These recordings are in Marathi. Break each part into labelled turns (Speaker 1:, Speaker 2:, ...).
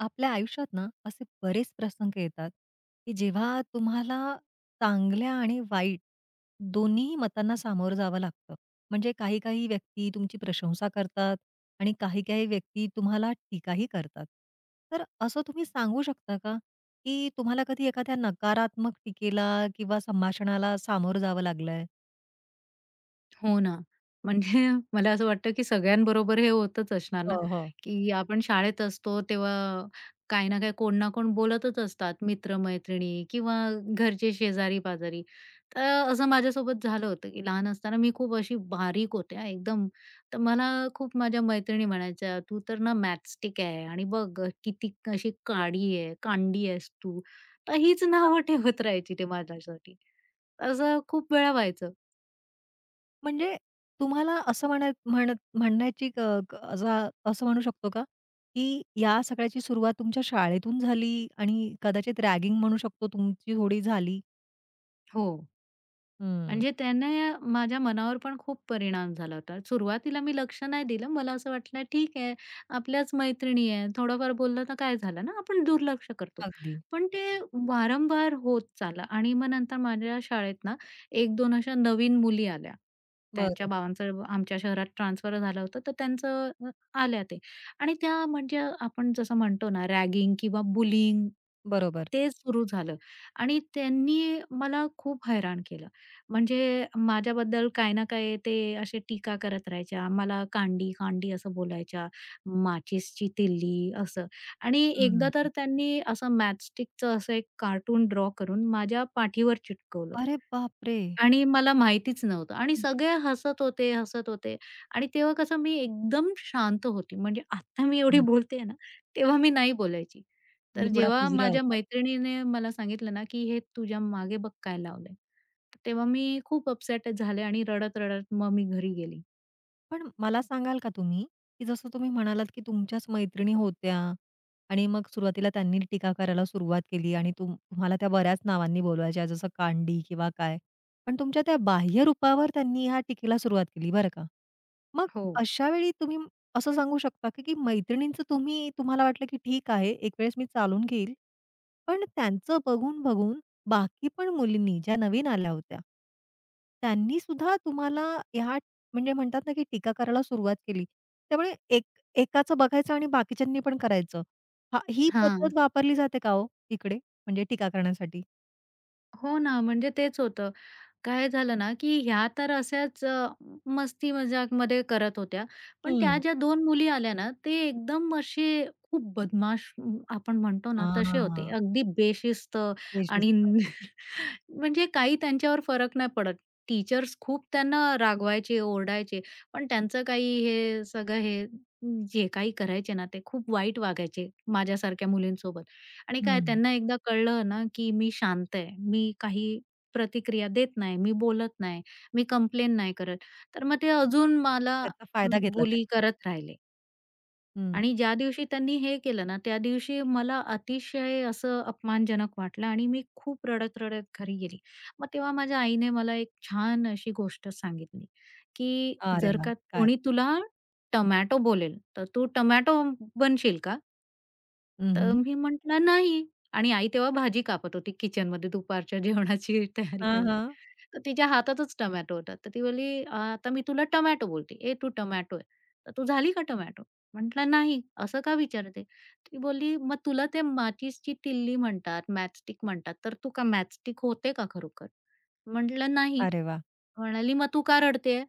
Speaker 1: आपल्या आयुष्यात ना असे बरेच प्रसंग येतात, की जेव्हा तुम्हाला चांगल्या आणि वाईट दोन्ही मतांना सामोरं जावं लागतं. म्हणजे काही-काही व्यक्ती तुमची प्रशंसा करतात आणि काही-काही व्यक्ती तुम्हाला टीकाही करतात. तर असं तुम्ही सांगू शकता का, की तुम्हाला कधी एखाद्या नकारात्मक टीकेला किंवा संभाषणाला सामोरं जावं लागलंय?
Speaker 2: हो ना. म्हणजे मला असं वाटतं, की सगळ्यांबरोबर हे होतच असणार ना,
Speaker 1: हो, हो.
Speaker 2: की आपण शाळेत असतो तेव्हा काही ना काही कोण ना कोण बोलतच असतात, मित्र-मैत्रिणी किंवा घरचे शेजारी-पाजारी. तर असं माझ्यासोबत झालं होतं, की लहान असताना मी खूप अशी बारीक होते एकदम. तर मला खूप माझ्या मैत्रिणी म्हणायच्या, "तू तर ना मॅचस्टिक आहे आणि बघ किती अशी काळी आहे, कांडी आहेस तू." तर हीच नावं ठेवत राहायची ते माझ्यासाठी. असं खूप वेळा व्हायचं.
Speaker 1: म्हणजे तुम्हाला असं म्हणा म्हणत म्हणण्याची क क असा असं म्हणू शकतो का, की या सगळ्याची सुरुवात तुमच्या शाळेतून झाली आणि कदाचित रॅगिंग म्हणू शकतो तुमची थोडी झाली?
Speaker 2: हो.
Speaker 1: हं.
Speaker 2: म्हणजे त्याने माझ्या मनावर पण खूप परिणाम झाला होता. सुरुवातीला मी लक्ष नाही दिलं. मला असं वाटलं ठीक आहे, आपल्याच मैत्रिणी आहे, थोडंफार बोललं तर काय झालं ना, आपण दुर्लक्ष करतो.
Speaker 1: अगदी.
Speaker 2: पण ते वारंवार होत चाललं आणि मग नंतर माझ्या शाळेत ना 1-2 अशा नवीन मुली आल्या. त्यांच्या
Speaker 1: बरं.
Speaker 2: बाबांचं आमच्या शहरात ट्रान्सफर झालं होतं, तर त्यांचं आल्या ते आणि त्या म्हणजे आपण जसं म्हणतो ना रॅगिंग किंवा बुलिंग
Speaker 1: बरोबर.
Speaker 2: ते सुरू झालं आणि त्यांनी मला खूप हैराण केलं. म्हणजे माझ्याबद्दल काही ना काही ते असे टीका करत राहायच्या. मला कांडी, कांडी असं बोलायच्या, माचीसची तिल्ली असं. आणि एकदा
Speaker 1: हं.
Speaker 2: तर त्यांनी असं मॅचस्टिकचं असं एक कार्टून ड्रॉ करून माझ्या पाठीवर चिटकवलं.
Speaker 1: अरे बापरे!
Speaker 2: आणि मला माहितीच नव्हतं आणि
Speaker 1: म्हणजे
Speaker 2: सगळे हसत होते, हसत होते आणि तेव्हा कसं मी एकदम शांत होती. म्हणजे आता मी एवढी
Speaker 1: हं.
Speaker 2: बोलते ना, तेव्हा मी नाही बोलायची.
Speaker 1: तुम्ही
Speaker 2: तर
Speaker 1: थोडा
Speaker 2: जेव्हा
Speaker 1: बुजरा
Speaker 2: माझ्या
Speaker 1: होता.
Speaker 2: मैत्रिणीने मला सांगितलं ना, की "हे तुझ्या मागे बघ काय लावलंय." तर तेव्हा मी खूप अपसेट झाले आणि रडत-रडत मग मी घरी गेली.
Speaker 1: पण मला सांगाल का तुम्ही, की जसं तुम्ही म्हणालात, की तुमच्याच मैत्रिणी होत्या आणि मग सुरुवातीला त्यांनी टीका करायला सुरुवात केली आणि तुम्हाला त्या बऱ्याच नावांनी बोलवायच्या, जसं कांडी किंवा काय. पण तुमच्या त्या बाह्य रूपावर त्यांनी ह्या टीकेला सुरुवात केली बरं का. मग
Speaker 2: हो.
Speaker 1: अशा वेळी तुम्ही असं सांगू शकता का, की मैत्रिणींचं तुम्हाला वाटलं, की ठीक आहे, एक वेळेस मी चालून घेईल. पण त्यांचं बघून-बघून बाकी पण मुलींनी, ज्या नवीन आल्या होत्या, त्यांनी सुद्धा तुम्हाला ह्या म्हणजे म्हणतात ना, की टीका करायला सुरुवात केली. त्यामुळे एकाचं बघायचं आणि बाकीच्यांनी पण करायचं. हां, ही
Speaker 2: हां.
Speaker 1: पद्धत वापरली जाते का हो इकडे? म्हणजे टीका करण्यासाठी?
Speaker 2: हो ना, म्हणजे तेच होतं. काय झालं ना, की ह्या तर अशाच मस्ती मजाकमध्ये करत होत्या. पण त्या
Speaker 1: हं.
Speaker 2: ज्या दोन मुली आल्या ना, ते एकदम असे खूप बदमाश आपण म्हणतो ना, तसे होते.
Speaker 1: हां,
Speaker 2: अगदी बेशिस्त
Speaker 1: बेशिस्त.
Speaker 2: आणि म्हणजे काही त्यांच्यावर फरक नाही पडत. टीचर्स खूप त्यांना रागवायचे, ओरडायचे, पण त्यांचं काही हे सगळं हे जे काही करायचे ना, ते खूप वाईट वागायचे माझ्यासारख्या मुलींसोबत. आणि काय
Speaker 1: हं.
Speaker 2: त्यांना एकदा कळलं ना, की मी शांत आहे, मी काही प्रतिक्रिया देत नाही, मी बोलत नाही, मी कंप्लेन नाही करत, तर मग ते अजून मला
Speaker 1: त्याचा फायदा घेतला
Speaker 2: बुली
Speaker 1: त्यांनी.
Speaker 2: करत राहिले.
Speaker 1: हं.
Speaker 2: आणि ज्या दिवशी त्यांनी हे केलं ना, त्या दिवशी मला अतिशय असं अपमानजनक वाटलं आणि मी खूप रडत-रडत घरी गेली. मग तेव्हा माझ्या आईने मला एक छान अशी गोष्ट सांगितली, की
Speaker 1: अरे
Speaker 2: "जर
Speaker 1: वाह!
Speaker 2: का
Speaker 1: काय?
Speaker 2: कोणी तुला टोमॅटो बोलेल, तर तू टोमॅटो बनशील का?"
Speaker 1: हं,
Speaker 2: तर
Speaker 1: हं.
Speaker 2: मी म्हटलं, "नाही" आणि आई तेव्हा भाजी कापत होती किचनमध्ये दुपारच्या जेवणाची तयारी
Speaker 1: हां,
Speaker 2: करत.
Speaker 1: हां.
Speaker 2: तर तिच्या हातातच टोमॅटो होता. तर ती बोलली, "आता मी तुला टोमॅटो बोलते. ए तू टोमॅटो आहे. तर तू झाली का टोमॅटो?" म्हटलं, "नाही." असं का विचारते? ती बोलली, "मग तुला ते माचीसची तिल्ली म्हणतात, मॅचस्टिक म्हणतात, तर तू का मॅचस्टिक होते का खरोखर?" म्हटलं, "नाही."
Speaker 1: अरे वाह!
Speaker 2: म्हणाली, "मग तू का रडतेय?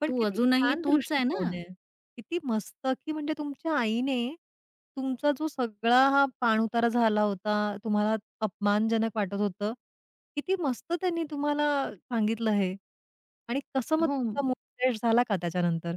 Speaker 1: पण
Speaker 2: तू
Speaker 1: किती
Speaker 2: अजूनही
Speaker 1: छान
Speaker 2: तूच आहे ना."
Speaker 1: दृष्टिकोन आहे. किती मस्त, की म्हणजे तुमच्या आईने तुमचा जो सगळा हा पाणउतारा झाला होता, तुम्हाला अपमानजनक वाटत होतं. किती मस्त त्यांनी तुम्हाला सांगितलं हे आणि कसं मग
Speaker 2: हो.
Speaker 1: तुमचा मूड फ्रेश झाला का त्याच्यानंतर?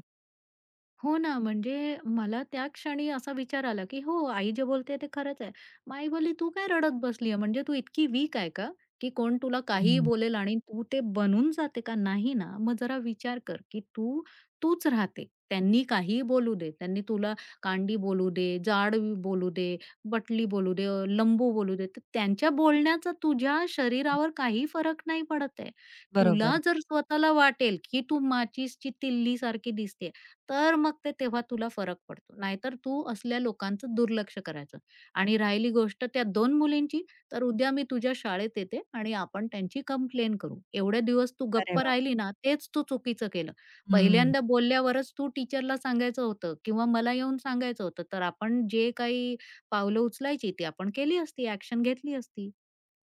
Speaker 2: हो ना, म्हणजे मला त्या क्षणी असा विचार आला, की हो, आई जे बोलते ते खरंच आहे. मग आई बोलली, "तू काय रडत बसली म्हणजे तू इतकी वीक आहे का, की कोण तुला काहीही
Speaker 1: हं,
Speaker 2: बोलेल आणि तू ते बनून जाते का? नाही ना. मग जरा विचार कर, की तू तूच राहते. त्यांनी काहीही बोलू दे. त्यांनी तुला कांडी बोलू दे, जाड बोलू दे, बटली बोलू दे, लंबू बोलू दे. तर त्यांच्या बोलण्याचा तुझ्या शरीरावर काही फरक नाही पडत आहे.
Speaker 1: बरोबर.
Speaker 2: तुला जर स्वतःला वाटेल, की तू माचीसची तिल्लीसारखी दिसते तर मग ते तेव्हा तुला फरक पडतो. नाहीतर तू असल्या लोकांचं दुर्लक्ष करायचं आणि राहिली गोष्ट त्या दोन मुलींची, तर उद्या मी तुझ्या शाळेत येते आणि आपण त्यांची कंप्लेंट करू. एवढे दिवस तू
Speaker 1: अरे
Speaker 2: गप्प
Speaker 1: वाह!
Speaker 2: राहिली ना, तेच तू चुकीचं केलं.
Speaker 1: हं.
Speaker 2: पहिल्यांदा बोलल्यावरच तू टीचरला सांगायचं होतं किंवा मला येऊन सांगायचं होतं. तर आपण जे काही पावलं उचलायची ती आपण केली असती, एक्शन घेतली असती.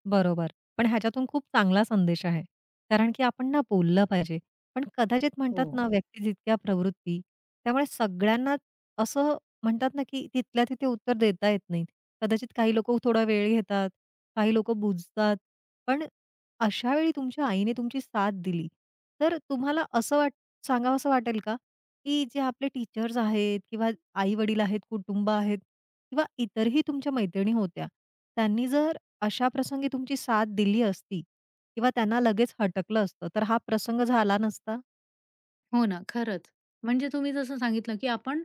Speaker 1: बरोबर. पण ह्याच्यातून खूप चांगला संदेश आहे. कारण की आपण ना बोललं पाहिजे. पण कदाचित
Speaker 2: हो.
Speaker 1: म्हणतात ना व्यक्ती जितक्या प्रवृत्ती, त्यामुळे सगळ्यांनाच असं म्हणतात ना की तिथल्या तिथे उत्तर देता येत नाहीत. कदाचित काही लोकं थोडा वेळ घेतात, काही लोकं बुजतात. पण अशा वेळी तुमच्या आईने तुमची साथ दिली. तर तुम्हाला असं वाट सांगावसं वाटेल का? की जे आपले टीचर्स आहेत किंवा आई-वडील आहेत, कुटुंब आहेत किंवा इतरही तुमच्या मैत्रिणी होत्या, त्यांनी जर अशा प्रसंगी तुमची साथ दिली असती किंवा त्यांना लगेच हटकलं असतं, तर हा प्रसंग झाला नसता?
Speaker 2: हो ना, खरंच. म्हणजे तुम्ही जसं सांगितलं, की आपण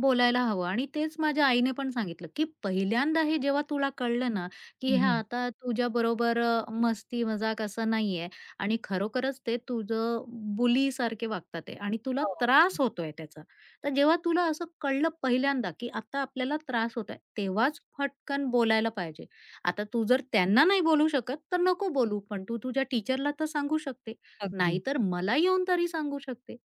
Speaker 2: बोलायला हवं आणि तेच माझ्या आईने पण सांगितलं, की पहिल्यांदा हे जेव्हा तुला कळलं ना, की हे
Speaker 1: हं,
Speaker 2: आता तुझ्याबरोबर मस्ती-मजाक असं नाहीये आणि खरोखरच ते तुझं बुलीसारखे वागतात आहे आणि तुला
Speaker 1: हो,
Speaker 2: त्रास
Speaker 1: अगदी,
Speaker 2: होतोय त्याचा. तर जेव्हा तुला असं कळलं पहिल्यांदा, की आता आपल्याला त्रास होतोय, तेव्हाच फटकन बोलायला पाहिजे. आता तू जर त्यांना नाही बोलू शकत, तर नको बोलू, पण तू तुझ्या टीचरला तर सांगू शकते.
Speaker 1: अगदी.
Speaker 2: नाहीतर मला येऊन तरी सांगू शकते.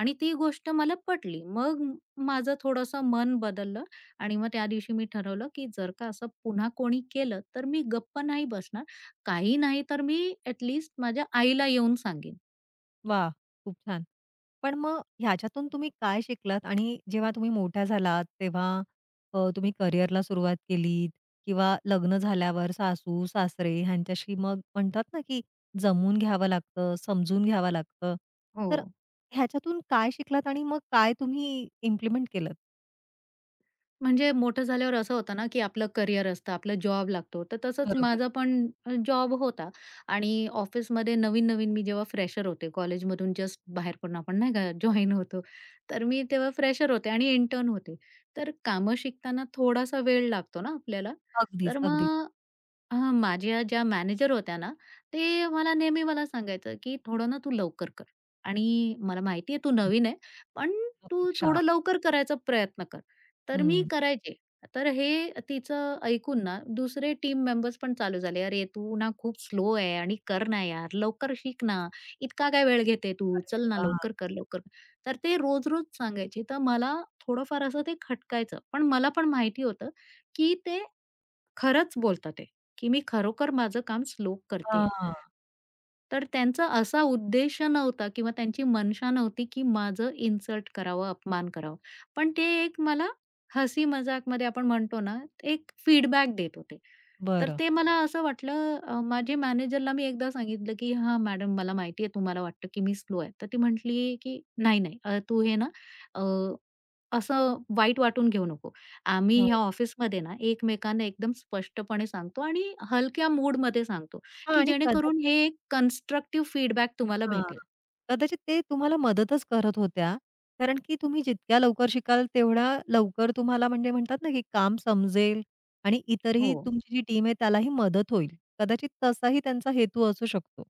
Speaker 2: आणि ती गोष्ट मला पटली. माझं थोडंसं मन बदललं आणि मग त्या दिवशी मी ठरवलं, की जर का असं पुन्हा कोणी केलं, तर मी गप्प नाही बसणार. काही नाही तर मी ॲट लीस्ट माझ्या आईला येऊन सांगेन.
Speaker 1: वाह! खूप छान. पण मग ह्याच्यातून तुम्ही काय शिकलात आणि जेव्हा तुम्ही मोठ्या झालात तेव्हा तुम्ही करिअरला सुरुवात केलीत किंवा लग्न झाल्यावर सासू-सासरे ह्यांच्याशी मग म्हणतात ना, की जमवून घ्यावं लागतं, समजून घ्यावं लागतं.
Speaker 2: हो.
Speaker 1: तर ह्याच्यातून काय शिकलात आणि मग काय तुम्ही इम्प्लिमेंट केलंत?
Speaker 2: म्हणजे मोठं झाल्यावर असं होतं ना, की आपलं करियर असतं, आपला जॉब लागतो. तर तसंच
Speaker 1: बरोबर.
Speaker 2: माझा पण जॉब होता आणि ऑफिसमध्ये नवीन-नवीन मी जेव्हा फ्रेशर होते, कॉलेजमधून जस्ट बाहेर पडून आपण नाही का
Speaker 1: हं.
Speaker 2: जॉइन होतो. तर मी तेव्हा फ्रेशर होते आणि इंटर्न होते. तर कामं शिकताना थोडासा वेळ लागतो ना आपल्याला.
Speaker 1: अगदीच,
Speaker 2: तर
Speaker 1: अगदीच.
Speaker 2: मग माझ्या ज्या मॅनेजर होत्या ना, ते मला नेहमी सांगायचं, की "थोडं ना तू लवकर कर आणि मला माहिती आहे तू नवीन आहे, पण तू
Speaker 1: अपेक्षा.
Speaker 2: थोडं लवकर करायचा प्रयत्न कर." तर मी
Speaker 1: हं.
Speaker 2: करायचे. तर हे तिचं ऐकून ना दुसरे टीम मेंबर्स पण चालू झाले, "अरे, तू ना खूप स्लो आहे आणि कर ना यार, लवकर शिक ना, इतका काय वेळ घेते तू?
Speaker 1: अरे
Speaker 2: चल ना,
Speaker 1: देवा!
Speaker 2: लवकर कर, लवकर कर." तर ते रोज-रोज सांगायचे. तर मला थोडंफार असं ते खटकायचं. पण मला पण माहिती होतं, की ते खरंच बोलतात ते, की मी खरोखर माझं काम स्लो करतेय.
Speaker 1: हां,
Speaker 2: तर त्यांचा असा उद्देश नव्हता किंवा त्यांची मनशा नव्हती, की माझं इन्सल्ट करावं, अपमान करावा. पण ते एक मला हसी मजाकमध्ये आपण म्हणतो ना, एक फीडबॅक देत होते. तर
Speaker 1: बरं.
Speaker 2: ते मला असं वाटलं माझे मॅनेजरला मी एकदा सांगितलं, की "हां, मॅडम मला माहिती आहे तुम्हाला वाटतं, की मी स्लो आहे." तर ती म्हटली, की "नाही, नाही तू हे ना अ, असं वाईट वाटून घेऊ नको. आम्ही ह्या
Speaker 1: हो.
Speaker 2: ऑफिसमध्ये ना एकमेकांना एकदम स्पष्टपणे सांगतो आणि हलक्या मूडमध्ये सांगतो.
Speaker 1: हां
Speaker 2: की
Speaker 1: आणि
Speaker 2: जेणेकरून
Speaker 1: कदाचित
Speaker 2: हे एक कन्स्ट्रक्टिव्ह फीडबॅक तुम्हाला
Speaker 1: हां,
Speaker 2: भेटेल.
Speaker 1: कदाचित ते तुम्हाला मदतच करत होत्या. कारण की तुम्ही जितक्या लवकर शिकाल तेवढा लवकर तुम्हाला म्हणजे म्हणतात ना, की काम समजेल आणि इतरही
Speaker 2: हो.
Speaker 1: तुमची जी टीम आहे त्यालाही मदत होईल. कदाचित तसाही त्यांचा हेतू असू शकतो.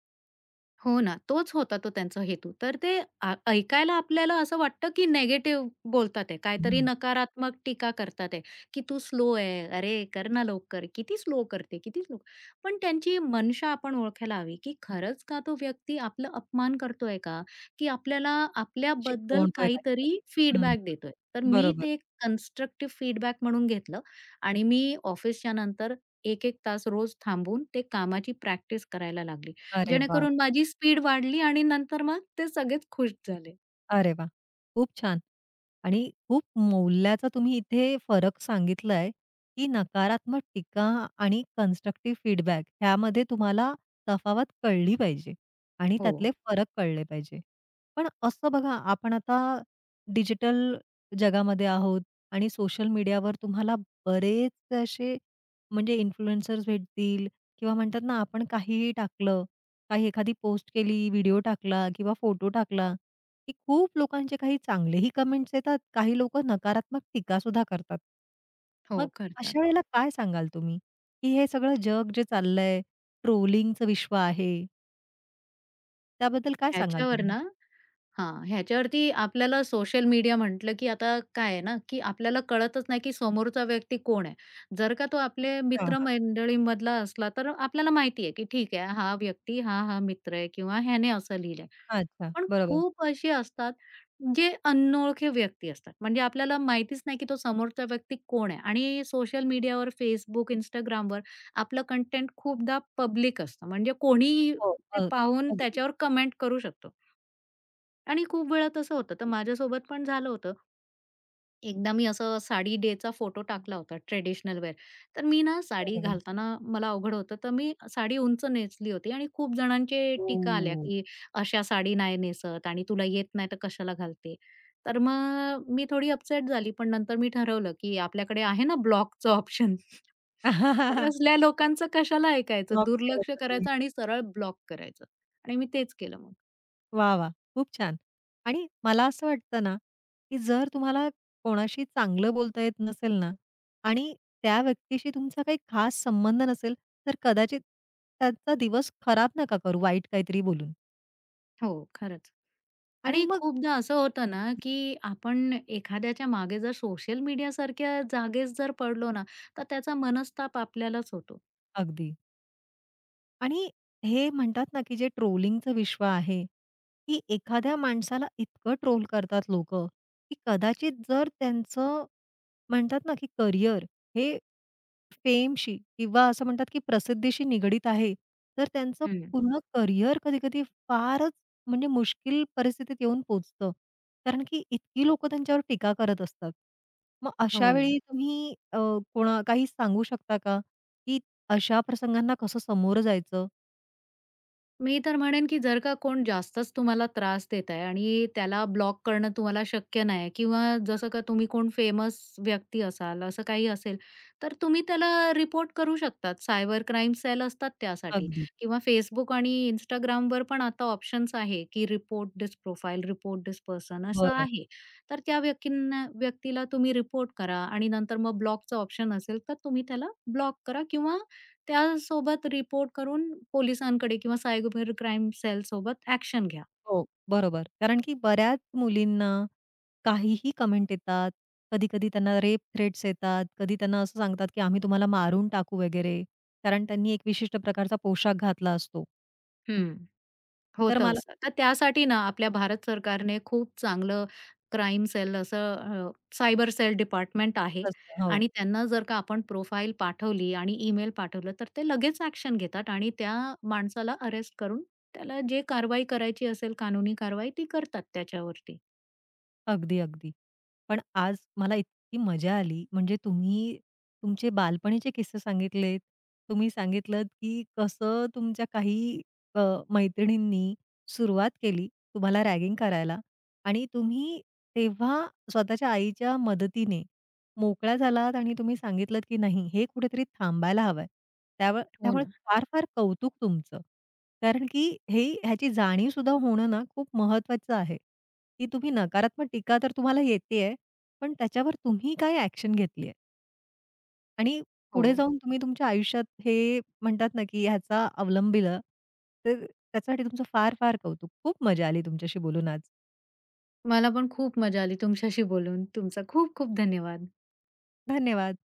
Speaker 2: हो ना, तोच होता तो त्यांचा हेतू. तर ते ऐकायला आपल्याला असं वाटतं, की निगेटिव्ह बोलतात आहे,
Speaker 1: हं,
Speaker 2: काहीतरी
Speaker 1: हं.
Speaker 2: नकारात्मक टीका करतात आहे, की "तू स्लो आहे. अरे, कर ना लवकर. किती स्लो करते, किती स्लो." पण त्यांची मनशा आपण ओळखायला हवी, की खरंच का तो व्यक्ती आपला अपमान करतोय का? की आपल्याला आपल्याबद्दल
Speaker 1: शिकवतोय
Speaker 2: काहीतरी
Speaker 1: काहीतरी. हं,
Speaker 2: फीडबॅक देतोय. तर मी
Speaker 1: बरोबर.
Speaker 2: ते एक कन्स्ट्रक्टिव्ह फीडबॅक म्हणून घेतलं आणि मी ऑफिसच्या नंतर 1-1 तास रोज थांबून ते कामाची प्रॅक्टिस करायला लागली.
Speaker 1: अरे वाह!
Speaker 2: जेणेकरून माझी स्पीड वाढली आणि नंतर मग ते सगळेच खुश झाले.
Speaker 1: अरे वा, खूप छान. आणि खूप मौल्याचा तुम्ही इथे फरक सांगितलाय, की नकारात्मक टीका आणि कन्स्ट्रक्टिव्ह फीडबॅक ह्यामध्ये तुम्हाला तफावत कळली पाहिजे आणि
Speaker 2: हो,
Speaker 1: त्यातले फरक कळले पाहिजे. पण असं बघा, आपण आता डिजिटल जगामध्ये आहोत आणि सोशल मीडियावर तुम्हाला बरेच असे म्हणजे इन्फ्लुएन्सर्स भेटतील किंवा म्हणतात ना, आपण काहीही टाकलं, काही एखादी पोस्ट केली, व्हिडिओ टाकला किंवा फोटो टाकला, की खूप लोकांचे काही चांगलेही कमेंट्स येतात, काही लोकं नकारात्मक टीकासुद्धा करतात.
Speaker 2: हो,
Speaker 1: मग
Speaker 2: करतात.
Speaker 1: अशा वेळेला काय सांगाल तुम्ही, की हे सगळं जग जे चाललंय, ट्रोलिंगचं विश्व आहे, त्याबद्दल काय सांगाल
Speaker 2: ह्याच्यावर
Speaker 1: तुम्ही?
Speaker 2: ना हां, ह्याच्यावरती आपल्याला सोशल मीडिया म्हटलं, की आता काय आहे ना, की आपल्याला कळतच नाही, की समोरचा व्यक्ती कोण आहे. जर का तो आपले
Speaker 1: हां,
Speaker 2: मित्रमंडळीमधला असला, तर आपल्याला माहिती आहे, की ठीक आहे, हा व्यक्ती हा, हा मित्र आहे किंवा ह्याने असं लिहिलंय.
Speaker 1: हां. अच्छा,
Speaker 2: पण
Speaker 1: बरोबर.
Speaker 2: खूप अशी असतात जे अनोळखी व्यक्ती असतात. म्हणजे आपल्याला माहितीच नाही की तो समोरचा व्यक्ती कोण आहे आणि सोशल मीडियावर Facebook, Instagramवर आपलं कंटेंट खूपदा पब्लिक असतं. म्हणजे कोणीही
Speaker 1: हो.
Speaker 2: ते पाहून
Speaker 1: अगदी.
Speaker 2: त्याच्यावर कमेंट करू शकतो आणि खूप वेळा तसं होतं. तर माझ्यासोबत पण झालं होतं. एकदा मी असं साडी डेचा फोटो टाकला होता ट्रेडिशनल वेअर. तर मी ना साडी
Speaker 1: अरे वाह!
Speaker 2: घालताना मला अवघड होतं, तर मी साडी उंच नेसली होती आणि खूप जणांचे टीका आल्या,
Speaker 1: हो.
Speaker 2: की "अशा साडी नाही नेसत आणि तुला येत नाही तर कशाला घालते?" तर मग मी थोडी अपसेट झाली, पण नंतर मी ठरवलं, की आपल्याकडे आहे ना ब्लॉकचं ऑप्शन. तर असल्या लोकांचं कशाला ऐकायचं,
Speaker 1: ब्लॉक केलं
Speaker 2: दुर्लक्ष
Speaker 1: तरी.
Speaker 2: करायचं आणि सरळ ब्लॉक करायचं आणि मी तेच केलं मग.
Speaker 1: वाह, वाह! खूप छान. आणि मला असं वाटतं ना, की जर तुम्हाला कोणाशी चांगलं बोलता येत नसेल ना आणि त्या व्यक्तीशी तुमचा काही खास संबंध नसेल, तर कदाचित त्यांचा दिवस खराब नका करू वाईट काहीतरी बोलून.
Speaker 2: हो, खरंच. आणि
Speaker 1: आणि मग
Speaker 2: खूपदा असं होतं ना, की आपण एखाद्याच्या मागे जर सोशल मीडियासारख्या जागेस जर पडलो ना, तर त्याचा मनस्ताप आपल्यालाच होतो.
Speaker 1: अगदी. आणि हे म्हणतात ना, की जे ट्रोलिंगचं विश्व आहे, की एखाद्या माणसाला इतकं ट्रोल करतात लोकं, की कदाचित जर त्यांचं म्हणतात ना, की करियर हे फेमशी किंवा असं म्हणतात, की प्रसिद्धीशी निगडीत आहे. तर त्यांचं
Speaker 2: हं.
Speaker 1: पूर्ण करियर कधी-कधी फारच म्हणजे मुश्कील परिस्थितीत येऊन पोहोचतं. कारण की इतकी लोकं त्यांच्यावर टीका करत असतात. मग अशा
Speaker 2: हो ना.
Speaker 1: वेळी तुम्ही कोणा काही सांगू शकता का, की अशा प्रसंगांना कसं समोरं जायचं?
Speaker 2: मी तर म्हणेन, की जर का कोण जास्तच तुम्हाला त्रास देत आहे आणि त्याला ब्लॉक करणं तुम्हाला शक्य नाही किंवा जसं का तुम्ही कोण फेमस व्यक्ती असाल, असं काही असेल, तर तुम्ही त्याला रिपोर्ट करू शकतात. सायबर क्राईम सेल असतात त्यासाठी
Speaker 1: अगदी.
Speaker 2: किंवा Facebook आणि Instagramवर पण आता ऑप्शन्स आहे, की report this profile, report this person असं
Speaker 1: बरं.
Speaker 2: आहे. तर त्या व्यक्तीला तुम्ही रिपोर्ट करा आणि नंतर मग ब्लॉकचं ऑप्शन असेल, तर तुम्ही त्याला ब्लॉक करा किंवा त्यासोबत रिपोर्ट करून पोलिसांकडे किंवा सायबर क्राईम सेलसोबत ॲक्शन घ्या.
Speaker 1: हो, बरोबर. कारण की बऱ्याच मुलींना काहीही कमेंट येतात. कधी-कधी त्यांना रेप थ्रेट्स येतात. कधी त्यांना असं सांगतात, की आम्ही तुम्हाला मारून टाकू वगैरे. कारण त्यांनी एक विशिष्ट प्रकारचा पोशाख घातला असतो.
Speaker 2: हं.
Speaker 1: तर
Speaker 2: होतं
Speaker 1: मला
Speaker 2: असं. तर त्यासाठी ना आपल्या भारत सरकारने खूप चांगलं क्राईम सेल असं सायबर सेल डिपार्टमेंट आहे
Speaker 1: असं असतं हो.
Speaker 2: आणि त्यांना जर का आपण प्रोफाइल पाठवली आणि ईमेल पाठवलं, तर ते लगेच ॲक्शन घेतात आणि त्या माणसाला अरेस्ट करून त्याला जे कारवाई करायची असेल कानूनी कारवाई ती करतात त्याच्यावरती.
Speaker 1: अगदी, अगदी. पण आज मला इतकी मजा आली म्हणजे तुम्ही तुमचे बालपणीचे किस्से सांगितलेत. तुम्ही सांगितलत, की कसं तुमच्या काही अ, मैत्रिणींनी सुरुवात केली तुम्हाला रॅगिंग करायला आणि तुम्ही तेव्हा स्वतःच्या आईच्या मदतीने मोकळा झालात आणि तुम्ही सांगितलत, की नाही हे कुठेतरी थांबायला हवंय.
Speaker 2: हो
Speaker 1: त्यामुळे
Speaker 2: ना.
Speaker 1: फार-फार कौतुक तुमचं. कारण की हे ह्याची जाणीव सुद्धा होणं ना खूप महत्वाचं आहे, की तुम्ही नकारात्मक टीका तर तुम्हाला येतेय, पण त्याच्यावर तुम्ही काय ॲक्शन घेतलीये आणि पुढे
Speaker 2: हो.
Speaker 1: जाऊन तुम्ही तुमच्या आयुष्यात हे म्हणतात ना, की ह्याचा अवलंबिलं, तर त्याच्यासाठी तुमचं फार-फार कौतुक. खूप मजा आली तुमच्याशी बोलून आज.
Speaker 2: मला पण खूप मजा आली तुमच्याशी बोलून. तुमचा खूप खूप धन्यवाद.
Speaker 1: धन्यवाद.